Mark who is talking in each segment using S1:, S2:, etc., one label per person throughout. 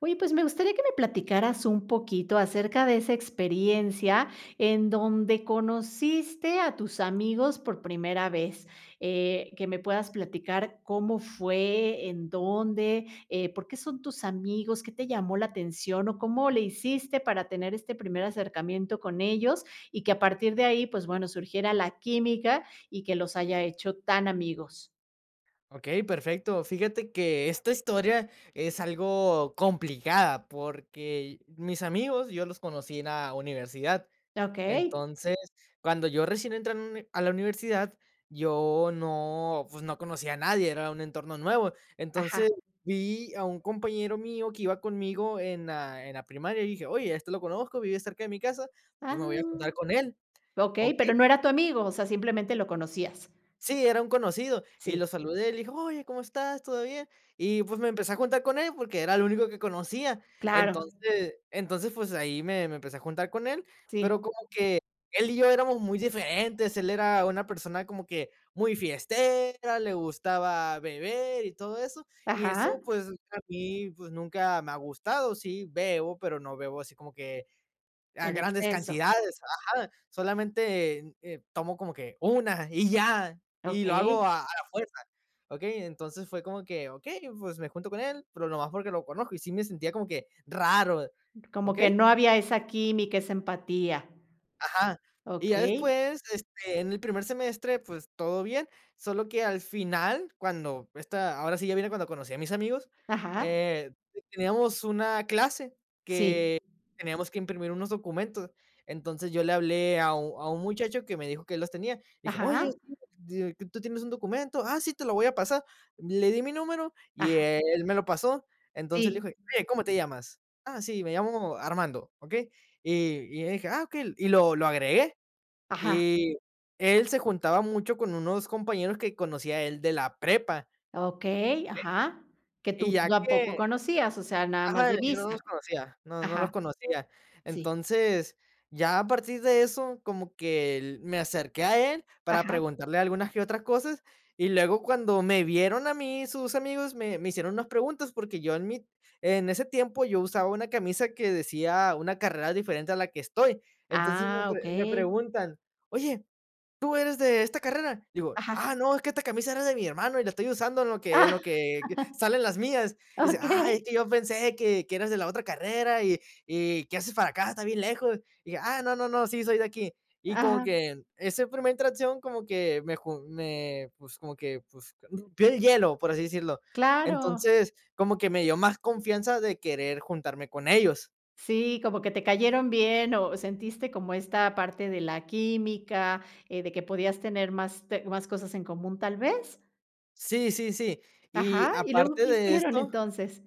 S1: Oye, pues me gustaría que me platicaras un poquito acerca de esa experiencia en donde conociste a tus amigos por primera vez, que me puedas platicar cómo fue, en dónde, por qué son tus amigos, qué te llamó la atención o cómo le hiciste para tener este primer acercamiento con ellos y que a partir de ahí, pues bueno, surgiera la química y que los haya hecho tan amigos.
S2: Okey, perfecto. Fíjate que esta historia es algo complicada, porque mis amigos yo los conocí en la universidad.
S1: Ok,
S2: Entonces, cuando yo recién entré a la universidad, yo no, pues, no conocía a nadie, era un entorno nuevo.
S1: ajá.
S2: Entonces, vi a un compañero mío que iba conmigo en la primaria y dije: "Oye, este lo conozco, vive cerca de mi casa, pues,
S1: Ah.
S2: me voy a juntar con él",
S1: Okey,
S2: ¿okey?
S1: pero no era tu amigo, o sea, simplemente lo conocías.
S2: Sí, era un conocido, y
S1: Sí,
S2: lo saludé, le dije: "Oye, ¿cómo estás? ¿Todo bien?". Y, pues, me empecé a juntar con él porque era el único que conocía.
S1: claro,
S2: Entonces, pues, ahí me empecé a juntar con él, pero
S1: sí.
S2: como que él y yo éramos muy diferentes. Él era una persona como que muy fiestera, le gustaba beber y todo eso, y
S1: Ajá,
S2: eso, pues, a mí, pues, nunca me ha gustado. Sí bebo, pero no bebo así como que a
S1: en
S2: grandes
S1: exceso.
S2: cantidades, ajá, solamente, tomo como que una y ya, y lo hago
S1: Okey,
S2: a la fuerza, ¿okey? Entonces fue como que, okey, pues me junto con él, pero nomás porque lo conozco, y sí me sentía como que raro,
S1: como que
S2: ¿okey?
S1: no había esa química, esa empatía.
S2: Ajá. Y ya
S1: Okey,
S2: después, en el primer semestre, pues todo bien, solo que al final, cuando esta ahora sí ya viene cuando conocí a mis amigos.
S1: ajá,
S2: eh, teníamos una clase,
S1: sí,
S2: teníamos que imprimir unos documentos. Entonces, yo le hablé a un muchacho que me dijo que él los tenía. Dije: "Oye,
S1: ajá,
S2: sí, de que tú tienes un documento. Ah, sí, te lo voy a pasar". Le di mi número y
S1: ajá,
S2: él me lo pasó. Entonces, le
S1: sí,
S2: dije: "Oye, ¿cómo te llamas?". "Ah, sí, me llamo Armando", ¿okey? Y y dije: "Ah, okey". Y lo agregué.
S1: ajá,
S2: Y él se juntaba mucho con unos compañeros que conocía él de la prepa.
S1: okey, ajá, que
S2: Y
S1: tú
S2: ya
S1: tampoco
S2: que...
S1: conocías, o sea, nada más
S2: Ajá,
S1: de
S2: yo no
S1: vista.
S2: los conocía, no, no los
S1: Ajá,
S2: conocía.
S1: sí,
S2: Entonces, ya a partir de eso, como que el me acerqué a él para
S1: ajá,
S2: preguntarle algunas que otras cosas, y luego cuando me vieron a mí, sus amigos, me hicieron unas preguntas, porque yo en mi... en ese tiempo yo usaba una camisa que decía una carrera diferente a la que estoy. Entonces me
S1: ah,
S2: pre me
S1: okey,
S2: preguntan: "Oye, ¿tú eres de esta carrera? Digo,
S1: ajá,
S2: ah, no, es que esta camisa era de mi hermano y la estoy usando en lo que en
S1: ah,
S2: lo que que salen las mías. Y dice, ah,
S1: okey,
S2: es que yo pensé que eras de la otra carrera y ¿qué haces para acá? Está bien lejos. Y dije, ah, no, no, no, sí, soy de aquí. Y como
S1: ajá,
S2: que esa primera interacción como que me, pues, como que, pues, rompió el hielo, por así decirlo.
S1: claro.
S2: Entonces, como que me dio más confianza de querer juntarme con ellos.
S1: Sí, como que te cayeron bien o sentiste como esta parte de la química, de que podías tener más cosas en común, ¿tal vez?
S2: Sí, sí, sí. Y
S1: Ajá, ¿y luego
S2: aparte
S1: qué
S2: de
S1: hicieron
S2: esto...
S1: entonces?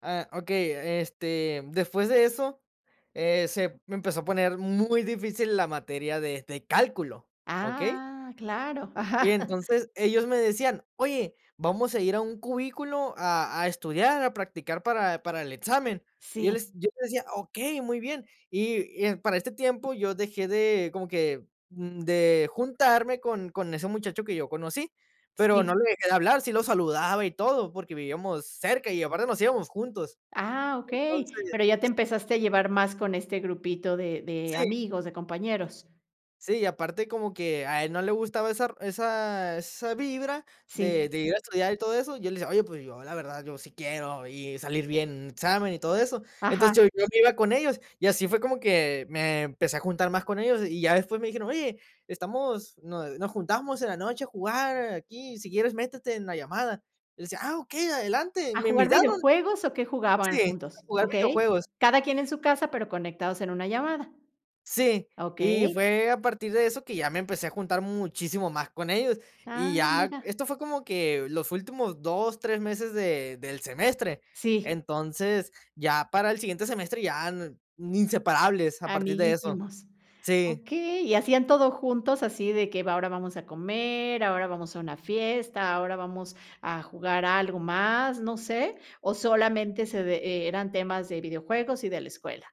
S2: Ah, okey, después de eso, se me empezó a poner muy difícil la materia de cálculo, ¿okey?
S1: Ah, claro,
S2: Y
S1: ajá,
S2: entonces ellos me decían: "Oye, vamos a ir a un cubículo a estudiar, a practicar para el examen". Y yo
S1: sí,
S2: les yo les decía: "Okey, muy bien". Y para este tiempo yo dejé de como que, de juntarme con ese muchacho que yo conocí, pero no
S1: sí.
S2: le dejé de hablar, sí lo saludaba y todo, porque vivíamos cerca y aparte nos íbamos juntos.
S1: Ah, okey,
S2: Entonces,
S1: pero ya te empezaste a llevar más con este grupito de
S2: sí,
S1: amigos, de compañeros.
S2: sí, y aparte como que a él no le gustaba esa vibra
S1: Sí,
S2: de ir a estudiar y todo eso. Yo le decía: "Oye, pues yo la verdad, yo sí quiero y salir bien en el examen y todo eso". Entonces, yo
S1: ajá,
S2: yo me iba con ellos y así fue como que me empecé a juntar más con ellos, y ya después me dijeron: "Oye, estamos... nos juntamos en la noche a jugar aquí, si quieres métete en la llamada". Y le decía: "Ah, ok, adelante",
S1: ¿a
S2: me
S1: jugar
S2: invitaron,
S1: videojuegos o qué jugaban
S2: sí, a
S1: juntos?
S2: jugar
S1: Okey,
S2: videojuegos.
S1: cada quien en su casa, pero conectados en una llamada.
S2: Sí, y
S1: Okey,
S2: fue a partir de eso que ya me empecé a juntar muchísimo más con ellos. Y
S1: ah,
S2: ya,
S1: mira,
S2: esto fue como que los últimos 2 3 meses de del semestre.
S1: sí.
S2: Entonces, ya para el siguiente semestre ya n inseparables a partir de eso.
S1: Amiguísimos.
S2: Sí.
S1: Okey, ¿y hacían todo juntos, así de que va ahora vamos a comer, ahora vamos a una fiesta, ahora vamos a jugar a algo más, no sé? ¿O solamente se de eran temas de videojuegos y de la escuela?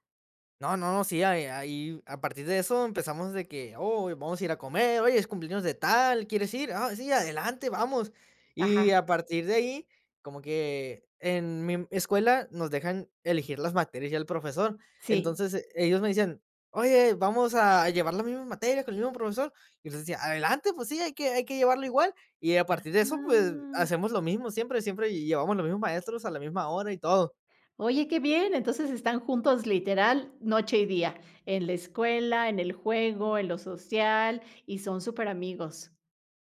S2: No, no, no, sí, ahí ahí, a partir de eso empezamos de que: "Oh, vamos a ir a comer, oye, es cumpleaños de tal, ¿quieres ir? Ah, sí, adelante, vamos".
S1: Ajá,
S2: Y a partir de ahí, como que en mi escuela nos dejan elegir las materias ya el profesor.
S1: sí.
S2: Entonces, ellos me decían: "Oye, vamos a llevar las mismas materias con el mismo profesor". Y les decía: "Adelante, pues sí, hay que llevarlo igual". Y a partir de eso, pues,
S1: Ah,
S2: hacemos lo mismo siempre, siempre llevamos los mismos maestros a la misma hora y todo.
S1: oye, qué bien, entonces están juntos literal noche y día, en la escuela, en el juego, en lo social y son superamigos.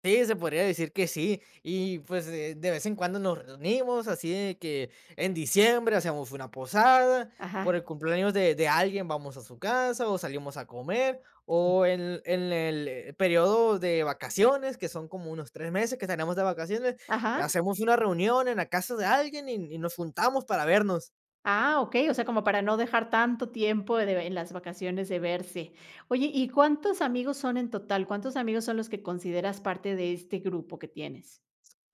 S2: Sí, se podría decir que sí. Y pues de vez en cuando nos reunimos, así de que en diciembre hacemos una posada,
S1: Ajá,
S2: por el cumpleaños de alguien vamos a su casa o salimos a comer,
S1: sí.
S2: o en el periodo de vacaciones, que son como unos 3 meses que tenemos de vacaciones,
S1: Ajá.
S2: hacemos una reunión en la casa de alguien y nos juntamos para vernos.
S1: Ah, okey, o sea, como para no dejar tanto tiempo de en las vacaciones de verse. Oye, ¿y cuántos amigos son en total? ¿Cuántos amigos son los que consideras parte de este grupo que tienes?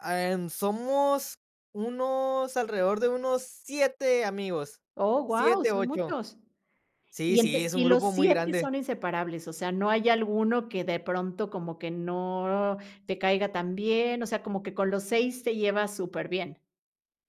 S2: Somos unos alrededor de unos siete amigos,
S1: Oh, guau,
S2: siete,
S1: son
S2: ocho.
S1: muchos.
S2: Sí,
S1: Y
S2: sí,
S1: ente
S2: es un
S1: y los
S2: grupo muy
S1: 7
S2: grande.
S1: son inseparables, o sea, no hay alguno que de pronto como que no te caiga tan bien, o sea, como que con los 6 te llevas súper bien.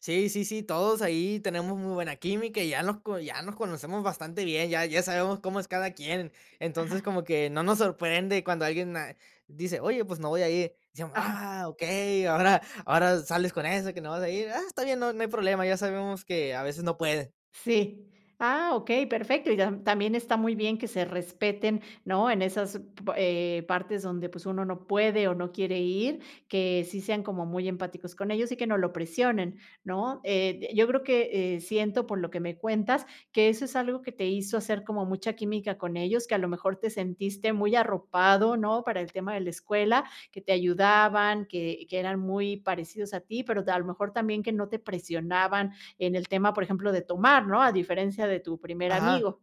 S2: Sí, sí, sí, todos ahí tenemos muy buena química y ya nos conocemos bastante bien, ya, ya sabemos cómo es cada quien.
S1: Ajá.
S2: Entonces, como que no nos sorprende cuando alguien, ah, dice: "Oye, pues no voy a ir". Decimos: "Ah, ok, ahora, ahora sales con eso, que no vas a ir. Ah, está bien, no, no hay problema, ya sabemos que a veces no puede".
S1: Sí. Ah, okey, perfecto. Y también está muy bien que se respeten, ¿no? En esas p partes donde, pues, uno no puede o no quiere ir, que sí sean como muy empáticos con ellos y que no lo presionen, ¿no? Yo creo que, siento por lo que me cuentas, que eso es algo que te hizo hacer como mucha química con ellos, que a lo mejor te sentiste muy arropado, ¿no? Para el tema de la escuela, que te ayudaban, que eran muy parecidos a ti, pero a lo mejor también que no te presionaban en el tema, por ejemplo, de tomar, ¿no? A diferencia de tu primer
S2: Ajá.
S1: amigo.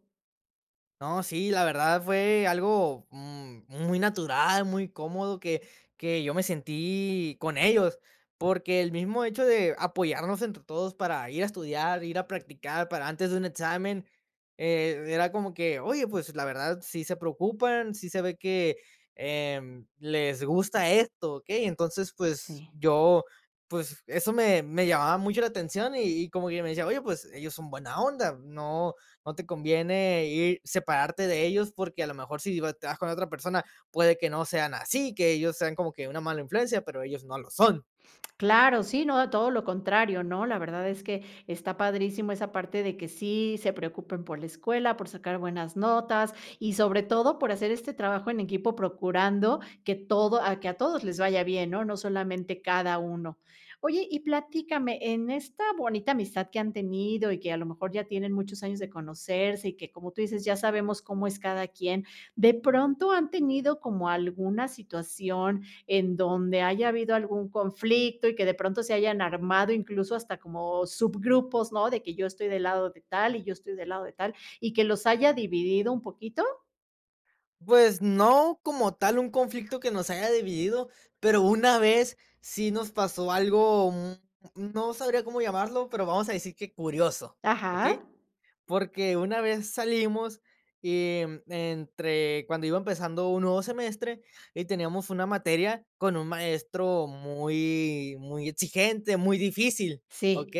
S2: No, sí, la verdad fue algo, muy natural, muy cómodo que yo me sentí con ellos, porque el mismo hecho de apoyarnos entre todos para ir a estudiar, ir a practicar para antes de un examen, era como que, oye, pues, la verdad sí se preocupan, sí se ve que, les gusta esto, ¿okey? Entonces, pues,
S1: Sí.
S2: yo, pues, eso me llamaba mucho la atención y como que me decía: "Oye, pues, ellos son buena onda, no no te conviene ir, separarte de ellos, porque a lo mejor si te vas con otra persona puede que no sean así, que ellos sean como que una mala influencia, pero ellos no lo son".
S1: Claro, sí, no, todo lo contrario, ¿no? La verdad es que está padrísimo esa parte de que sí se preocupen por la escuela, por sacar buenas notas y sobre todo por hacer este trabajo en equipo procurando que a todos les vaya bien, ¿no? No solamente cada uno. Oye, y platícame, en esta bonita amistad que han tenido y que a lo mejor ya tienen muchos años de conocerse y que como tú dices, ya sabemos cómo es cada quien, ¿de pronto han tenido como alguna situación en donde haya habido algún conflicto y que de pronto se hayan armado incluso hasta como subgrupos? ¿No? De que yo estoy del lado de tal y yo estoy del lado de tal y que los haya dividido un poquito.
S2: Pues no como tal un conflicto que nos haya dividido, pero una vez sí nos pasó algo, no sabría cómo llamarlo, pero vamos a decir que curioso, ¿ok?
S1: Ajá,
S2: Porque una vez salimos y entre cuando iba empezando un nuevo semestre y teníamos una materia con un maestro muy, muy exigente, muy difícil, ¿ok?
S1: sí,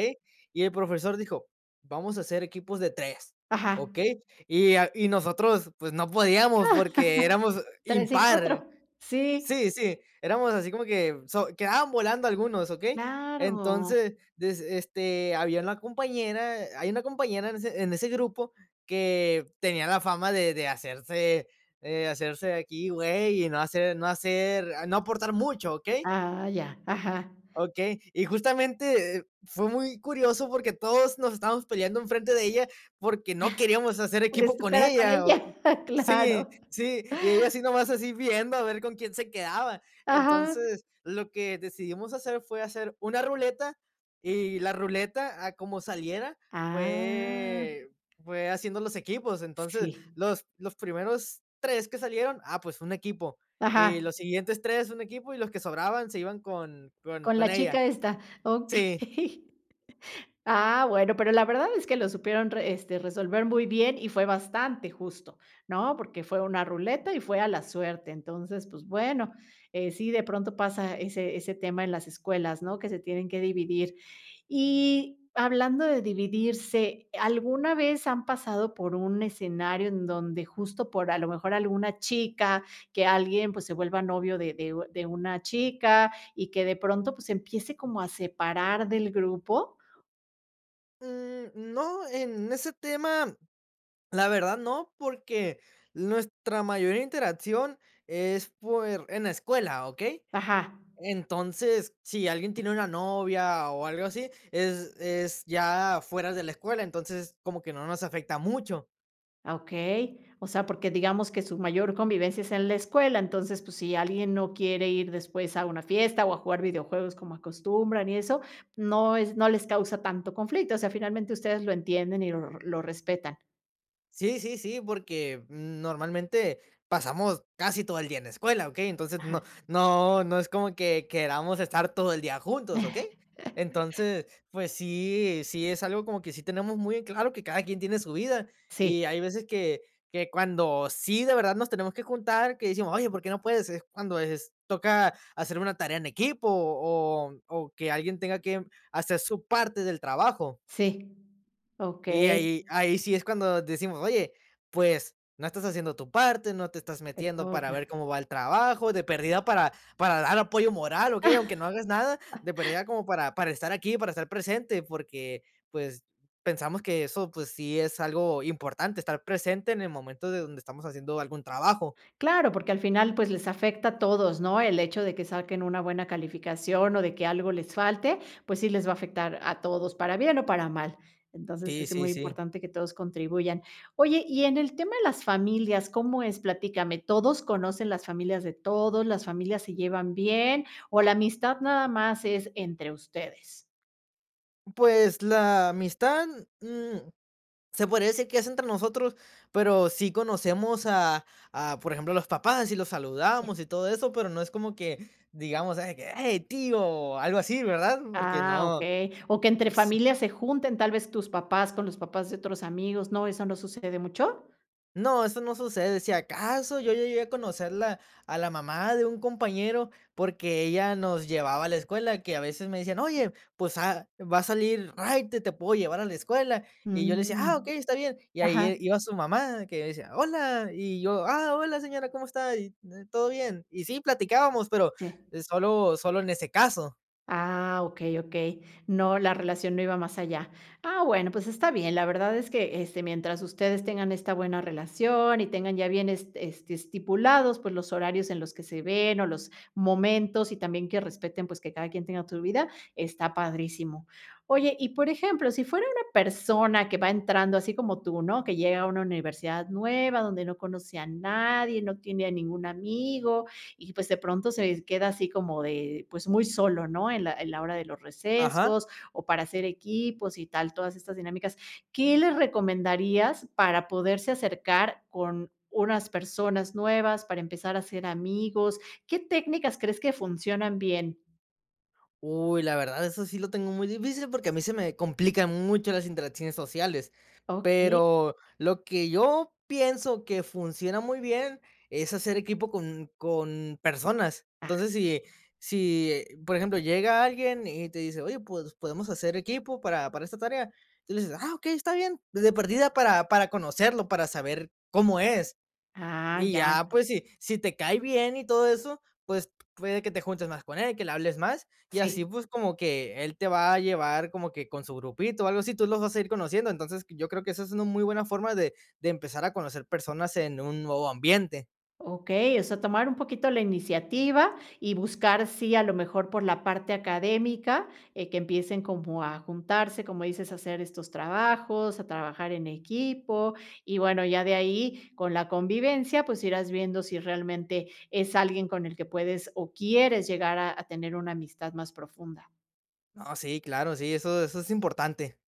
S2: Y el profesor dijo: "Vamos a hacer equipos de tres",
S1: ajá,
S2: ¿ok? Y, y nosotros pues no podíamos
S1: ah,
S2: porque éramos
S1: 3 y cuatro.
S2: impar.
S1: Sí,
S2: Sí, sí, éramos así como que so quedaban volando algunos, ¿ok?
S1: claro.
S2: Entonces, des este, había una compañera hay una compañera en ese grupo que tenía la fama de hacerse, hacerse aquí, güey, y no aportar mucho, ¿ok?
S1: Ah, ya, ajá.
S2: Okey, y justamente, fue muy curioso porque todos nos estábamos peleando enfrente de ella, porque no queríamos hacer
S1: ¿Cuál es
S2: equipo
S1: tu
S2: con
S1: cara con
S2: ella, o...
S1: ella?
S2: Sí,
S1: Claro.
S2: sí, y ella así nomás así viendo a ver con quién se quedaba.
S1: Ajá.
S2: Entonces, lo que decidimos hacer fue hacer una ruleta, y la ruleta, a como saliera,
S1: Ah,
S2: fue fue haciendo los equipos. Entonces,
S1: sí.
S2: los primeros 3 que salieron, ah, pues un equipo. Y
S1: Ajá,
S2: los siguientes 3, un equipo, y los que sobraban se iban con con
S1: con
S2: con
S1: la
S2: ella.
S1: chica esta,
S2: Sí.
S1: okey. Ah, bueno, pero la verdad es que lo supieron resolver muy bien y fue bastante justo, ¿no? Porque fue una ruleta y fue a la suerte. Entonces, pues bueno, sí, de pronto pasa ese tema en las escuelas, ¿no? Que se tienen que dividir. Y hablando de dividirse, ¿alguna vez han pasado por un escenario en donde justo por a lo mejor alguna chica, que alguien, pues, se vuelva novio de una chica y que de pronto, pues, empiece como a separar del grupo?
S2: Mm, no, en ese tema, la verdad no, porque nuestra mayor interacción es por en la escuela, ¿okey?
S1: Ajá,
S2: Entonces, si alguien tiene una novia o algo así, es ya fuera de la escuela, entonces como que no nos afecta mucho.
S1: ah, okey. O sea, porque digamos que su mayor convivencia es en la escuela, entonces, pues, si alguien no quiere ir después a una fiesta o a jugar videojuegos como acostumbran y eso, no les causa tanto conflicto. O sea, finalmente ustedes lo entienden y lo respetan.
S2: Sí, sí, sí, porque normalmente pasamos casi todo el día en la escuela, ¿ok? Entonces,
S1: Ajá.
S2: no, no, no es como que queramos estar todo el día juntos, ¿ok? Entonces, pues sí, sí es algo como que sí tenemos muy en claro que cada quien tiene su vida,
S1: Sí,
S2: y hay veces que cuando sí de verdad nos tenemos que juntar, que decimos: "Oye, ¿por qué no puedes?". Es cuando es toca hacer una tarea en equipo o que alguien tenga que hacer su parte del trabajo.
S1: sí.
S2: Y
S1: Okey,
S2: ahí ahí sí es cuando decimos: "Oye, pues, no estás haciendo tu parte, no te estás
S1: te
S2: metiendo para
S1: toca.
S2: ver cómo va el trabajo, de perdida para dar apoyo moral, okey, aunque no hagas nada, de perdida como para estar aquí, para estar presente", porque, pues, pensamos que eso, pues, sí es algo importante, estar presente en el momento de donde estamos haciendo algún trabajo.
S1: Claro, porque al final, pues, les afecta a todos, ¿no? El hecho de que saquen una buena calificación o de que algo les falte, pues sí les va a afectar a todos, para bien o para mal. Entonces,
S2: Sí,
S1: es
S2: sí,
S1: muy
S2: sí.
S1: importante que todos contribuyan. Oye, y en el tema de las familias, ¿cómo es? Platícame, ¿todos conocen las familias de todos? ¿Las familias se llevan bien? ¿O la amistad nada más es entre ustedes?
S2: Pues, la amistad, mm se podría decir que es entre nosotros, pero sí conocemos a, por ejemplo, a los papás, y los
S1: Sí.
S2: saludamos y todo eso, pero no es como que digamos, que: "Hey, tío", o algo así, ¿verdad? Porque
S1: Ah,
S2: no...
S1: okey. O que entre familias se junten, tal vez tus papás con los papás de otros amigos, ¿no? ¿Eso no sucede mucho?
S2: No, eso no sucede. Si acaso yo llegué a conocerla a la mamá de un compañero, porque ella nos llevaba a la escuela, que a veces me decían: "Oye, pues ah, va a salir raite, te puedo llevar a la escuela". Y yo le decía: "Ah, ok,
S1: Mm.
S2: está bien". Y ahí
S1: Ajá,
S2: iba su mamá, que decía: "Hola". Y yo: "Ah, hola, señora, ¿cómo está? Y, ¿todo bien?". Y sí, platicábamos, pero
S1: sí.
S2: solo, solo en ese caso.
S1: Ah, okey, okey. No, la relación no iba más allá. Ah, bueno, pues está bien. La verdad es que, mientras ustedes tengan esta buena relación y tengan ya bien estipulados, pues, los horarios en los que se ven o los momentos y también que respeten, pues, que cada quien tenga su vida, está padrísimo. Oye, y por ejemplo, si fuera una persona que va entrando así como tú, ¿no? Que llega a una universidad nueva, donde no conoce a nadie, no tiene a ningún amigo, y pues de pronto se queda así como de, pues muy solo, ¿no? En la hora de los
S2: Ajá.
S1: recesos o para hacer equipos y tal, todas estas dinámicas. ¿Qué les recomendarías para poderse acercar con unas personas nuevas, para empezar a ser amigos? ¿Qué técnicas crees que funcionan bien?
S2: Uy, la verdad, eso sí lo tengo muy difícil, porque a mí se me complican mucho las interacciones sociales.
S1: Ok.
S2: Pero lo que yo pienso que funciona muy bien es hacer equipo con personas.
S1: Ah,
S2: Entonces, si, si, por ejemplo, llega alguien y te dice: "Oye, pues podemos hacer equipo para esta tarea", tú le dices: "Ah, ok, está bien", de perdida para conocerlo, para saber cómo es.
S1: ah,
S2: Y
S1: ya.
S2: ya, pues, si te cae bien y todo eso, pues, puede que te juntes más con él, que le hables más, y así,
S1: Sí.
S2: pues, como que él te va a llevar como que con su grupito o algo así, tú los vas a ir conociendo. Entonces, yo creo que esa es una muy buena forma de empezar a conocer personas en un nuevo ambiente.
S1: Okey, o sea, tomar un poquito la iniciativa y buscar, sí, a lo mejor por la parte académica, que empiecen como a juntarse, como dices, a hacer estos trabajos, a trabajar en equipo, y bueno, ya de ahí, con la convivencia, pues, irás viendo si realmente es alguien con el que puedes o quieres llegar a tener una amistad más profunda.
S2: No, sí, claro, sí, eso es importante.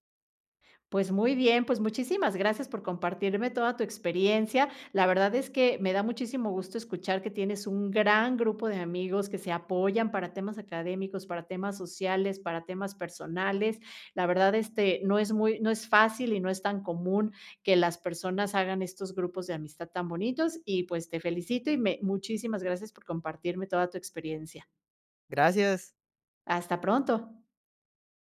S1: Pues muy bien, pues muchísimas gracias por compartirme toda tu experiencia. La verdad es que me da muchísimo gusto escuchar que tienes un gran grupo de amigos que se apoyan para temas académicos, para temas sociales, para temas personales. La verdad, no es fácil y no es tan común que las personas hagan estos grupos de amistad tan bonitos. Y pues te felicito y muchísimas gracias por compartirme toda tu experiencia.
S2: Gracias.
S1: Hasta pronto.